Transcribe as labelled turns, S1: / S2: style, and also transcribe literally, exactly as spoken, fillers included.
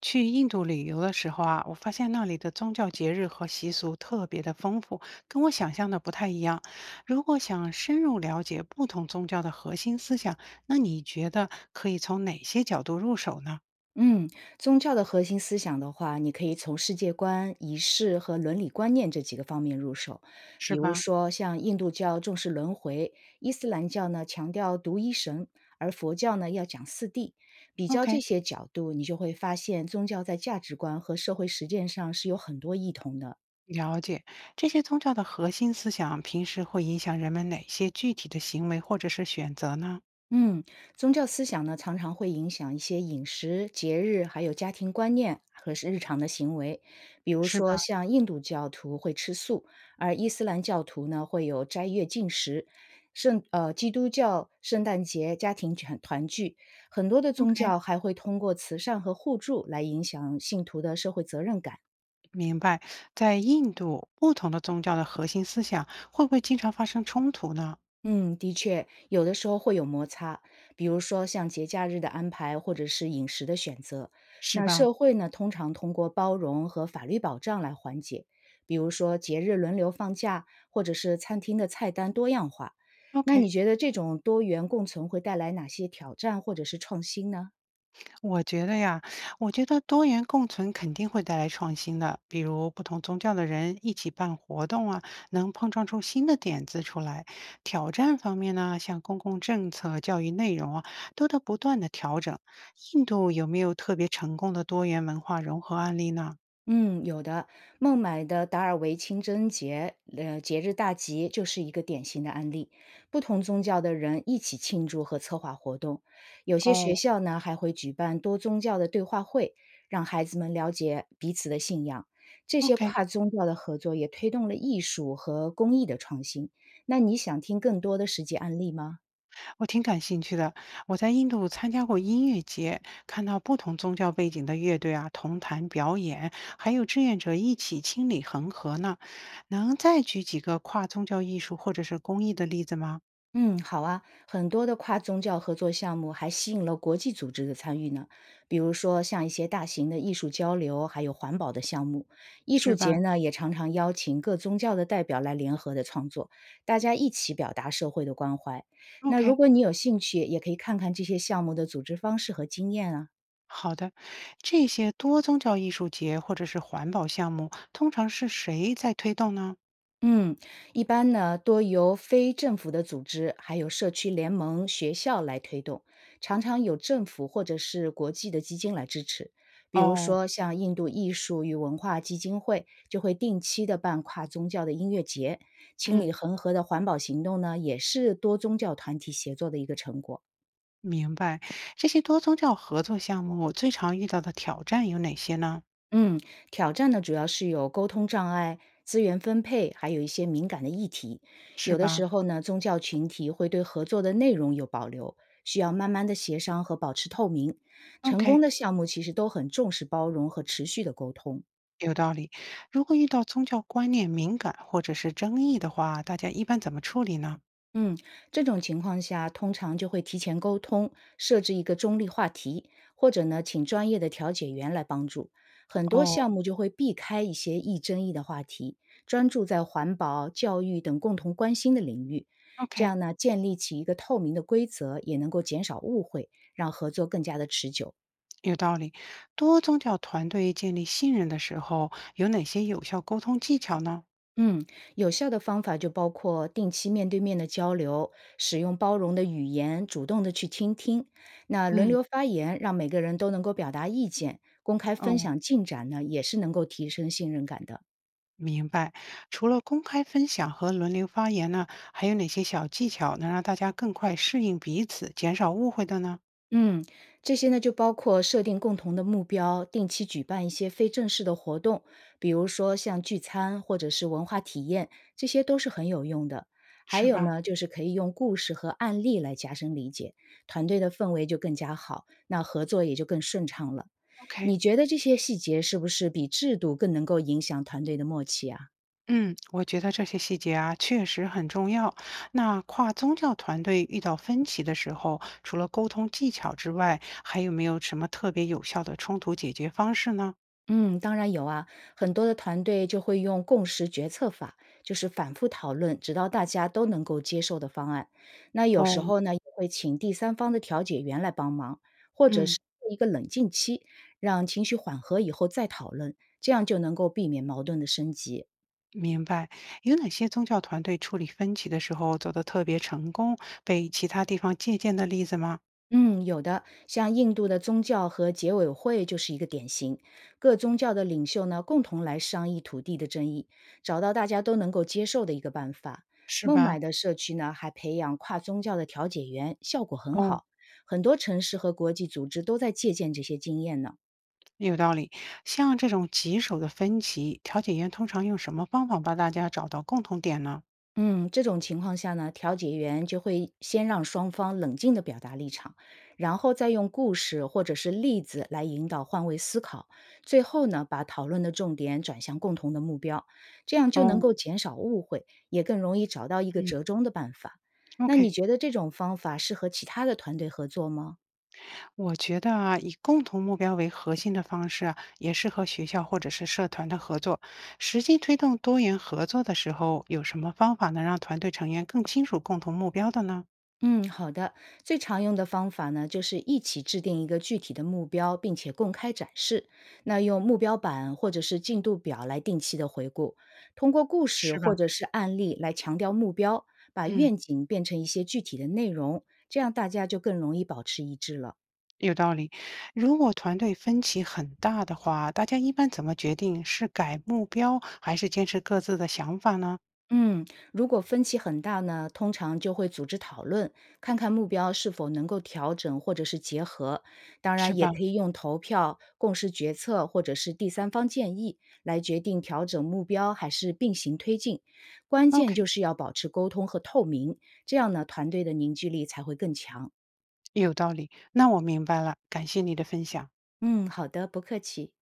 S1: 去印度旅游的时候啊，我发现那里的宗教节日和习俗特别的丰富，跟我想象的不太一样。如果想深入了解不同宗教的核心思想，那你觉得可以从哪些角度入手呢？
S2: 嗯，宗教的核心思想的话，你可以从世界观、仪式和伦理观念这几个方面入手。比
S1: 是
S2: 如
S1: 吧
S2: 说，像印度教重视轮回，伊斯兰教呢强调独一神，而佛教呢要讲四谛。比较这
S1: ？OK，
S2: 些角度，你就会发现宗教在价值观和社会实践上是有很多异同的。
S1: 了解这些宗教的核心思想，平时会影响人们哪些具体的行为或者是选择呢？
S2: 嗯，宗教思想呢，常常会影响一些饮食、节日，还有家庭观念和是日常的行为。比如
S1: 是
S2: 说，
S1: 吧
S2: 像印度教徒会吃素，而伊斯兰教徒呢会有斋月禁食。圣呃，基督教圣诞节家庭团团聚，很多的宗
S1: ？OK，
S2: 教还会通过慈善和互助来影响信徒的社会责任感。
S1: 明白。在印度，不同的宗教的核心思想会不会经常发生冲突呢？
S2: 嗯，的确，有的时候会有摩擦，比如说像节假日的安排，或者是饮食的选择。
S1: 是
S2: 那
S1: 吧？
S2: 社会呢，通常通过包容和法律保障来缓解，比如说节日轮流放假，或者是餐厅的菜单多样化。那你
S1: OK，
S2: 觉得这种多元共存会带来哪些挑战或者是创新呢？
S1: 我觉得呀，我觉得多元共存肯定会带来创新的，比如不同宗教的人一起办活动啊，能碰撞出新的点子出来。挑战方面呢，像公共政策、教育内容啊，都得不断的调整。印度有没有特别成功的多元文化融合案例呢？
S2: 嗯，有的。孟买的达尔维清真节，呃，节日大集就是一个典型的案例。不同宗教的人一起庆祝和策划活动，有些
S1: 哦
S2: 学校呢还会举办多宗教的对话会，让孩子们了解彼此的信仰。这些
S1: ，OK，
S2: 跨宗教的合作也推动了艺术和工艺的创新。那你想听更多的实际案例吗？
S1: 我挺感兴趣的。我在印度参加过音乐节，看到不同宗教背景的乐队啊，同台表演，还有志愿者一起清理恒河呢。能再举几个跨宗教艺术或者是公益的例子吗？
S2: 嗯，好啊，很多的跨宗教合作项目还吸引了国际组织的参与呢，比如说像一些大型的艺术交流，还有环保的项目。艺
S1: 是
S2: 术
S1: 吧
S2: 节呢，也常常邀请各宗教的代表来联合的创作，大家一起表达社会的关怀。那如
S1: ？OK，
S2: 果你有兴趣，也可以看看这些项目的组织方式和经验啊。
S1: 好的。这些多宗教艺术节或者是环保项目，通常是谁在推动呢？
S2: 嗯，一般呢，多由非政府的组织、还有社区联盟、学校来推动，常常有政府或者是国际的基金来支持。比如
S1: 哦，
S2: 说，像印度艺术与文化基金会就会定期的办跨宗教的音乐节，清
S1: 嗯，
S2: 理恒河的环保行动呢，也是多宗教团体协作的一个成果。
S1: 明白。这些多宗教合作项目我最常遇到的挑战有哪些呢？
S2: 嗯，挑战呢主要是有沟通障碍、资源分配，还有一些敏感的议题。
S1: 是
S2: 有的
S1: 吧
S2: 时候呢，宗教群体会对合作的内容有保留，需要慢慢的协商和保持透明。成功
S1: ？OK，
S2: 的项目其实都很重视包容和持续的沟通。
S1: 有道理。如果遇到宗教观念敏感或者是争议的话，大家一般怎么处理呢？
S2: 嗯，这种情况下，通常就会提前沟通，设置一个中立话题，或者呢，请专业的调解员来帮助。很多项
S1: 哦
S2: 目就会避开一些易争议的话题，专注在环保、教育等共同关心的领域。这
S1: ，OK，
S2: 样呢，建立起一个透明的规则，也能够减少误会，让合作更加的持久。
S1: 有道理。多宗教团队建立信任的时候，有哪些有效沟通技巧呢？
S2: 嗯，有效的方法就包括定期面对面的交流，使用包容的语言，主动的去倾听。那轮
S1: 嗯，
S2: 流发言，让每个人都能够表达意见，公开分
S1: 哦，
S2: 享进展呢，也是能够提升信任感的。
S1: 明白。除了公开分享和轮流发言呢，还有哪些小技巧能让大家更快适应彼此，减少误会的呢？
S2: 嗯，这些呢就包括设定共同的目标，定期举办一些非正式的活动，比如说像聚餐或者是文化体验，这些都是很有用的。还
S1: 是
S2: 有
S1: 吧
S2: 呢，就是可以用故事和案例来加深理解，团队的氛围就更加好，那合作也就更顺畅了。
S1: ？OK。
S2: 你觉得这些细节是不是比制度更能够影响团队的默契啊？
S1: 嗯，我觉得这些细节啊确实很重要。那跨宗教团队遇到分歧的时候，除了沟通技巧之外，还有没有什么特别有效的冲突解决方式呢？
S2: 嗯，当然有啊，很多的团队就会用共识决策法，就是反复讨论，直到大家都能够接受的方案。那有时
S1: 哦，
S2: 候呢，也会请第三方的调解员来帮忙，或者
S1: 嗯，
S2: 是一个冷静期，让情绪缓和以后再讨论，这样就能够避免矛盾的升级。
S1: 明白。有哪些宗教团队处理分歧的时候走得特别成功，被其他地方借鉴的例子吗？
S2: 嗯，有的，像印度的宗教和结委会就是一个典型。各宗教的领袖呢，共同来商议土地的争议，找到大家都能够接受的一个办法。
S1: 是
S2: 孟
S1: 吧？
S2: 买的社区呢，还培养跨宗教的调解员，效果很
S1: 哦，
S2: 好。很多城市和国际组织都在借鉴这些经验呢。
S1: 有道理。像这种棘手的分歧，调解员通常用什么方法帮大家找到共同点呢？
S2: 嗯，这种情况下呢，调解员就会先让双方冷静地表达立场，然后再用故事或者是例子来引导换位思考，最后呢，把讨论的重点转向共同的目标，这样就能
S1: 哦，
S2: 够减少误会，也更容易找到一个
S1: 嗯
S2: 折中的办法。那你
S1: ，OK。
S2: 觉得这种方法适合其他的团队合作吗？
S1: 我觉得啊，以共同目标为核心的方式啊，也是和学校或者是社团的合作。实际推动多元合作的时候，有什么方法能让团队成员更清楚共同目标的呢？
S2: 嗯，好的。最常用的方法呢，就是一起制定一个具体的目标，并且公开展示。那用目标板或者是进度表来定期的回顾，通过故事
S1: 是吧？
S2: 或者是案例来强调目标，把
S1: 嗯，
S2: 愿景变成一些具体的内容，这样大家就更容易保持一致了。
S1: 有道理。如果团队分歧很大的话，大家一般怎么决定是改目标还是坚持各自的想法呢？
S2: 嗯，如果分歧很大呢，通常就会组织讨论，看看目标是否能够调整或者是结合。当
S1: 是
S2: 然，也
S1: 吧
S2: 可以用投票、共识决策或者是第三方建议来决定调整目标还是并行推进。关键
S1: ？OK，
S2: 就是要保持沟通和透明，这样呢，团队的凝聚力才会更强。
S1: 有道理。那我明白了，感谢你的分享。
S2: 嗯，好的，不客气。